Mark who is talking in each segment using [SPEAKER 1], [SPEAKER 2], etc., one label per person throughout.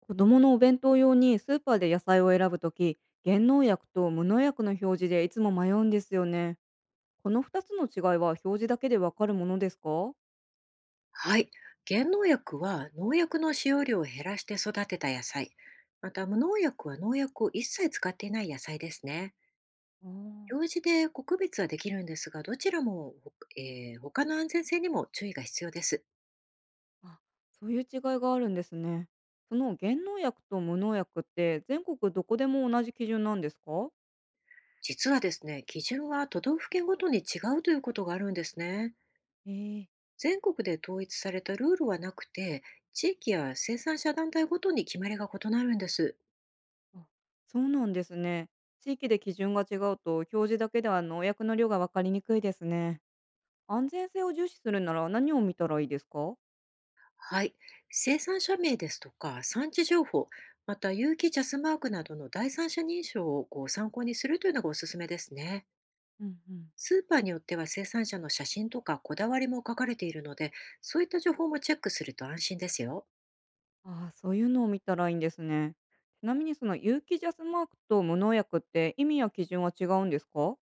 [SPEAKER 1] 子供のお弁当用にスーパーで野菜を選ぶとき、原農薬と無農薬の表示でいつも迷うんですよね。この2つの違いは表示だけでわかるものですか？
[SPEAKER 2] はい。減農薬は農薬の使用量を減らして育てた野菜。また無農薬は農薬を一切使っていない野菜ですね。表示で区別はできるんですが、どちらも、他の安全性にも注意が必要です。
[SPEAKER 1] あーあ、そういう違いがあるんですね。その原農薬と無農薬って全国どこでも同じ基準なんですか？
[SPEAKER 2] 実はですね、基準は都道府県ごとに違うということがあるんですね。
[SPEAKER 1] えー、
[SPEAKER 2] 全国で統一されたルールはなくて、地域や生産者団体ごとに決まりが異なるんです。
[SPEAKER 1] あ、そうなんですね。地域で基準が違うと表示だけでは農薬の量がわかりにくいですね。安全性を重視するなら何を見たらいいですか？
[SPEAKER 2] はい。生産者名ですとか産地情報、また有機ジャスマークなどの第三者認証をこう参考にするというのがおすすめですね。
[SPEAKER 1] うんうん。
[SPEAKER 2] スーパーによっては生産者の写真とかこだわりも書かれているので、そういった情報もチェックすると安心ですよ。
[SPEAKER 1] ああ、そういうのを見たらいいんですね。ちなみにその有機ジャスマークと無農薬って意味や基準は違うんですか？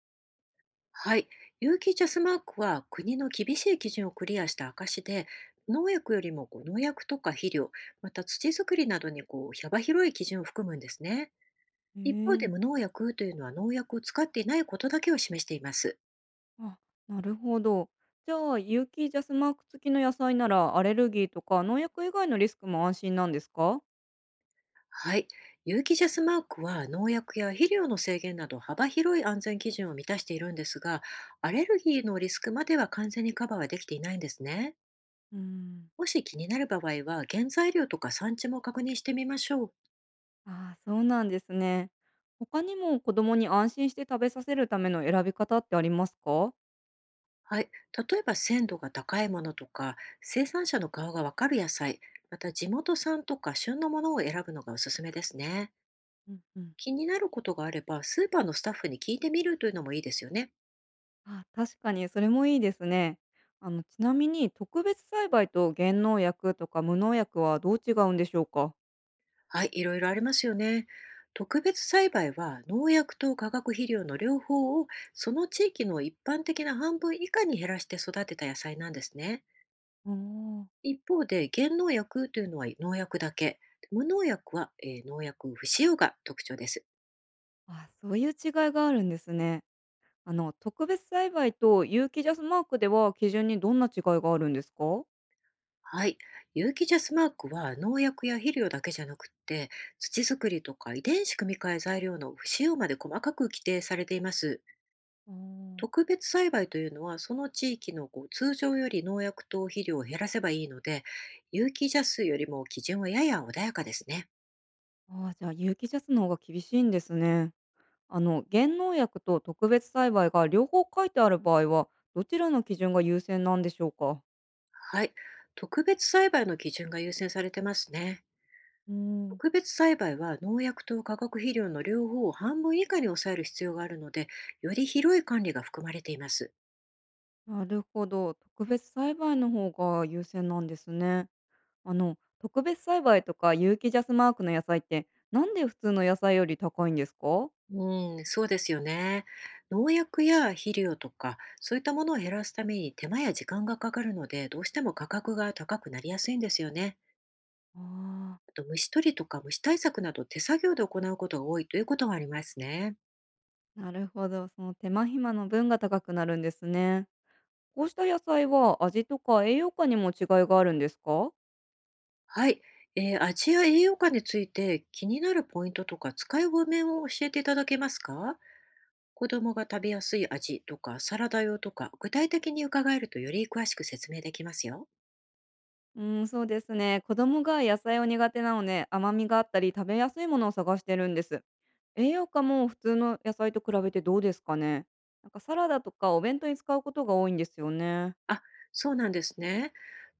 [SPEAKER 2] はい。有機ジャスマークは国の厳しい基準をクリアした証で、農薬よりもこう農薬とか肥料、また土作りなどにこう幅広い基準を含むんですね。
[SPEAKER 1] へ
[SPEAKER 2] 一方で
[SPEAKER 1] え。
[SPEAKER 2] 無農薬というのは農薬を使っていないことだけを示しています。
[SPEAKER 1] あ、なるほど。じゃあ有機ジャスマーク付きの野菜ならアレルギーとか農薬以外のリスクも安心なんですか？
[SPEAKER 2] はい。有機ジャスマークは農薬や肥料の制限など幅広い安全基準を満たしているんですが、アレルギーのリスクまでは完全にカバーはできていないんですね。
[SPEAKER 1] うん。
[SPEAKER 2] もし気になる場合は、原材料とか産地も確認してみましょう。
[SPEAKER 1] ああ、そうなんですね。他にも子供に安心して食べさせるための選び方ってありますか？
[SPEAKER 2] はい。例えば鮮度が高いものとか、生産者の顔がわかる野菜、また地元産とか旬のものを選ぶのがおすすめですね。
[SPEAKER 1] うんうん。
[SPEAKER 2] 気になることがあれば、スーパーのスタッフに聞いてみるというのもいいですよね。
[SPEAKER 1] あ、確かにそれもいいですね。あの、ちなみに特別栽培と原農薬とか無農薬はどう違うんでしょうか？
[SPEAKER 2] はい、いろいろありますよね。特別栽培は農薬と化学肥料の両方を、その地域の一般的な半分以下に減らして育てた野菜なんですね。
[SPEAKER 1] おー。
[SPEAKER 2] 一方で減農薬というのは農薬だけ、無農薬は、農薬不使用が特徴です。
[SPEAKER 1] あ、そういう違いがあるんですね。あの、特別栽培と有機ジャスマークでは基準にどんな違いがあるんですか？
[SPEAKER 2] はい、有機ジャスマークは農薬や肥料だけじゃなくって、土作りとか遺伝子組み換え材料の不使用まで細かく規定されています。
[SPEAKER 1] おー。
[SPEAKER 2] 特別栽培というのは、その地域のこう通常より農薬と肥料を減らせばいいので、有機ジャスよりも基準はやや穏やかですね。
[SPEAKER 1] あーじゃあ有機ジャスの方が厳しいんですね。あの、減農薬と特別栽培が両方書いてある場合は、どちらの基準が優先なんでしょうか？
[SPEAKER 2] はい。特別栽培の基準が優先されてますね。特別栽培は農薬と化学肥料の両方を半分以下に抑える必要があるので、より広い管理が含まれています。
[SPEAKER 1] なるほど。特別栽培の方が優先なんですね。あの、特別栽培とか有機ジャスマークの野菜って、なんで普通の野菜より高いんですか？
[SPEAKER 2] うん、そうですよね。農薬や肥料とか、そういったものを減らすために手間や時間がかかるので、どうしても価格が高くなりやすいんですよね。
[SPEAKER 1] ああ、
[SPEAKER 2] あと、虫取りとか虫対策など手作業で行うことが多いということがありますね。
[SPEAKER 1] なるほど。その手間暇の分が高くなるんですね。こうした野菜は味とか栄養価にも違いがあるんですか？
[SPEAKER 2] はい。味や栄養価について気になるポイントとか使い方面を教えていただけますか？子供が食べやすい味とかサラダ用とか具体的に伺えるとより詳しく説明できますよ。
[SPEAKER 1] うーん、そうですね。子供が野菜を苦手なので、甘みがあったり食べやすいものを探してるんです。栄養価も普通の野菜と比べてどうですかね。なんかサラダとかお弁当に使うことが多いんですよね。
[SPEAKER 2] あ、そうなんですね。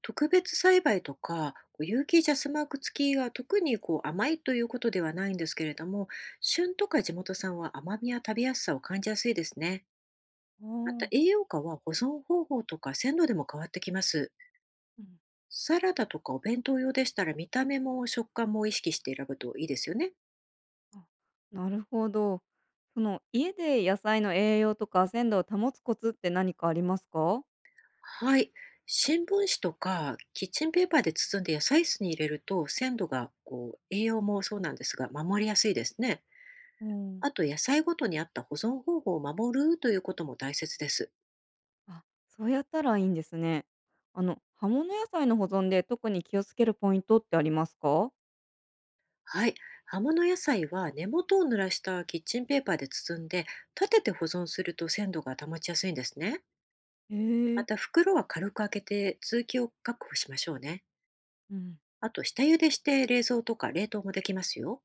[SPEAKER 2] 特別栽培とかこう有機ジャスマーク付きが特にこう甘いということではないんですけれども、旬とか地元産は甘みや食べやすさを感じやすいですね。
[SPEAKER 1] お
[SPEAKER 2] また、
[SPEAKER 1] ー。
[SPEAKER 2] 栄養価は保存方法とか鮮度でも変わってきます。
[SPEAKER 1] うん、
[SPEAKER 2] サラダとかお弁当用でしたら、見た目も食感も意識して選ぶといいですよね。
[SPEAKER 1] あ、なるほど。その家で野菜の栄養とか鮮度を保つコツって何かありますか？
[SPEAKER 2] はい。新聞紙とかキッチンペーパーで包んで野菜室に入れると、鮮度がこう栄養もそうなんですが、守りやすいですね。
[SPEAKER 1] うん、
[SPEAKER 2] あと、野菜ごとに合った保存方法を守るということも大切です。
[SPEAKER 1] あ、そうやったらいいんですね。あの葉物野菜の保存で特に気をつけるポイントってありますか？
[SPEAKER 2] はい。葉物野菜は根元を濡らしたキッチンペーパーで包んで、立てて保存すると鮮度が保ちやすいんですね。
[SPEAKER 1] へ
[SPEAKER 2] ま
[SPEAKER 1] え。
[SPEAKER 2] た、袋は軽く開けて通気を確保しましょうね。
[SPEAKER 1] うん。
[SPEAKER 2] あと、下茹でして冷蔵とか冷凍もできますよ。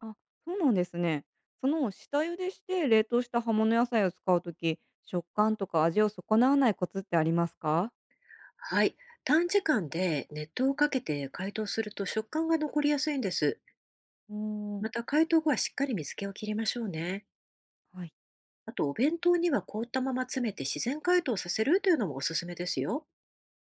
[SPEAKER 1] あ、そうなんですね。その下茹でして冷凍した葉物野菜を使うとき、食感とか味を損なわないコツってありますか？
[SPEAKER 2] はい。短時間で熱湯をかけて解凍すると食感が残りやすいんです。
[SPEAKER 1] うー
[SPEAKER 2] ま
[SPEAKER 1] ん。
[SPEAKER 2] た、解凍後はしっかり水気を切りましょうね。
[SPEAKER 1] はい。
[SPEAKER 2] あと、お弁当には凍ったまま詰めて自然解凍させるというのもおすすめですよ。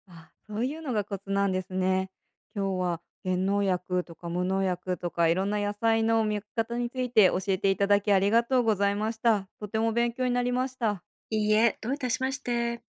[SPEAKER 1] あ、そういうのがコツなんですね。今日は原農薬とか無農薬とかいろんな野菜の見分け方について教えていただきありがとうございました。とても勉強になりました。
[SPEAKER 2] いいえ、どういたしまして。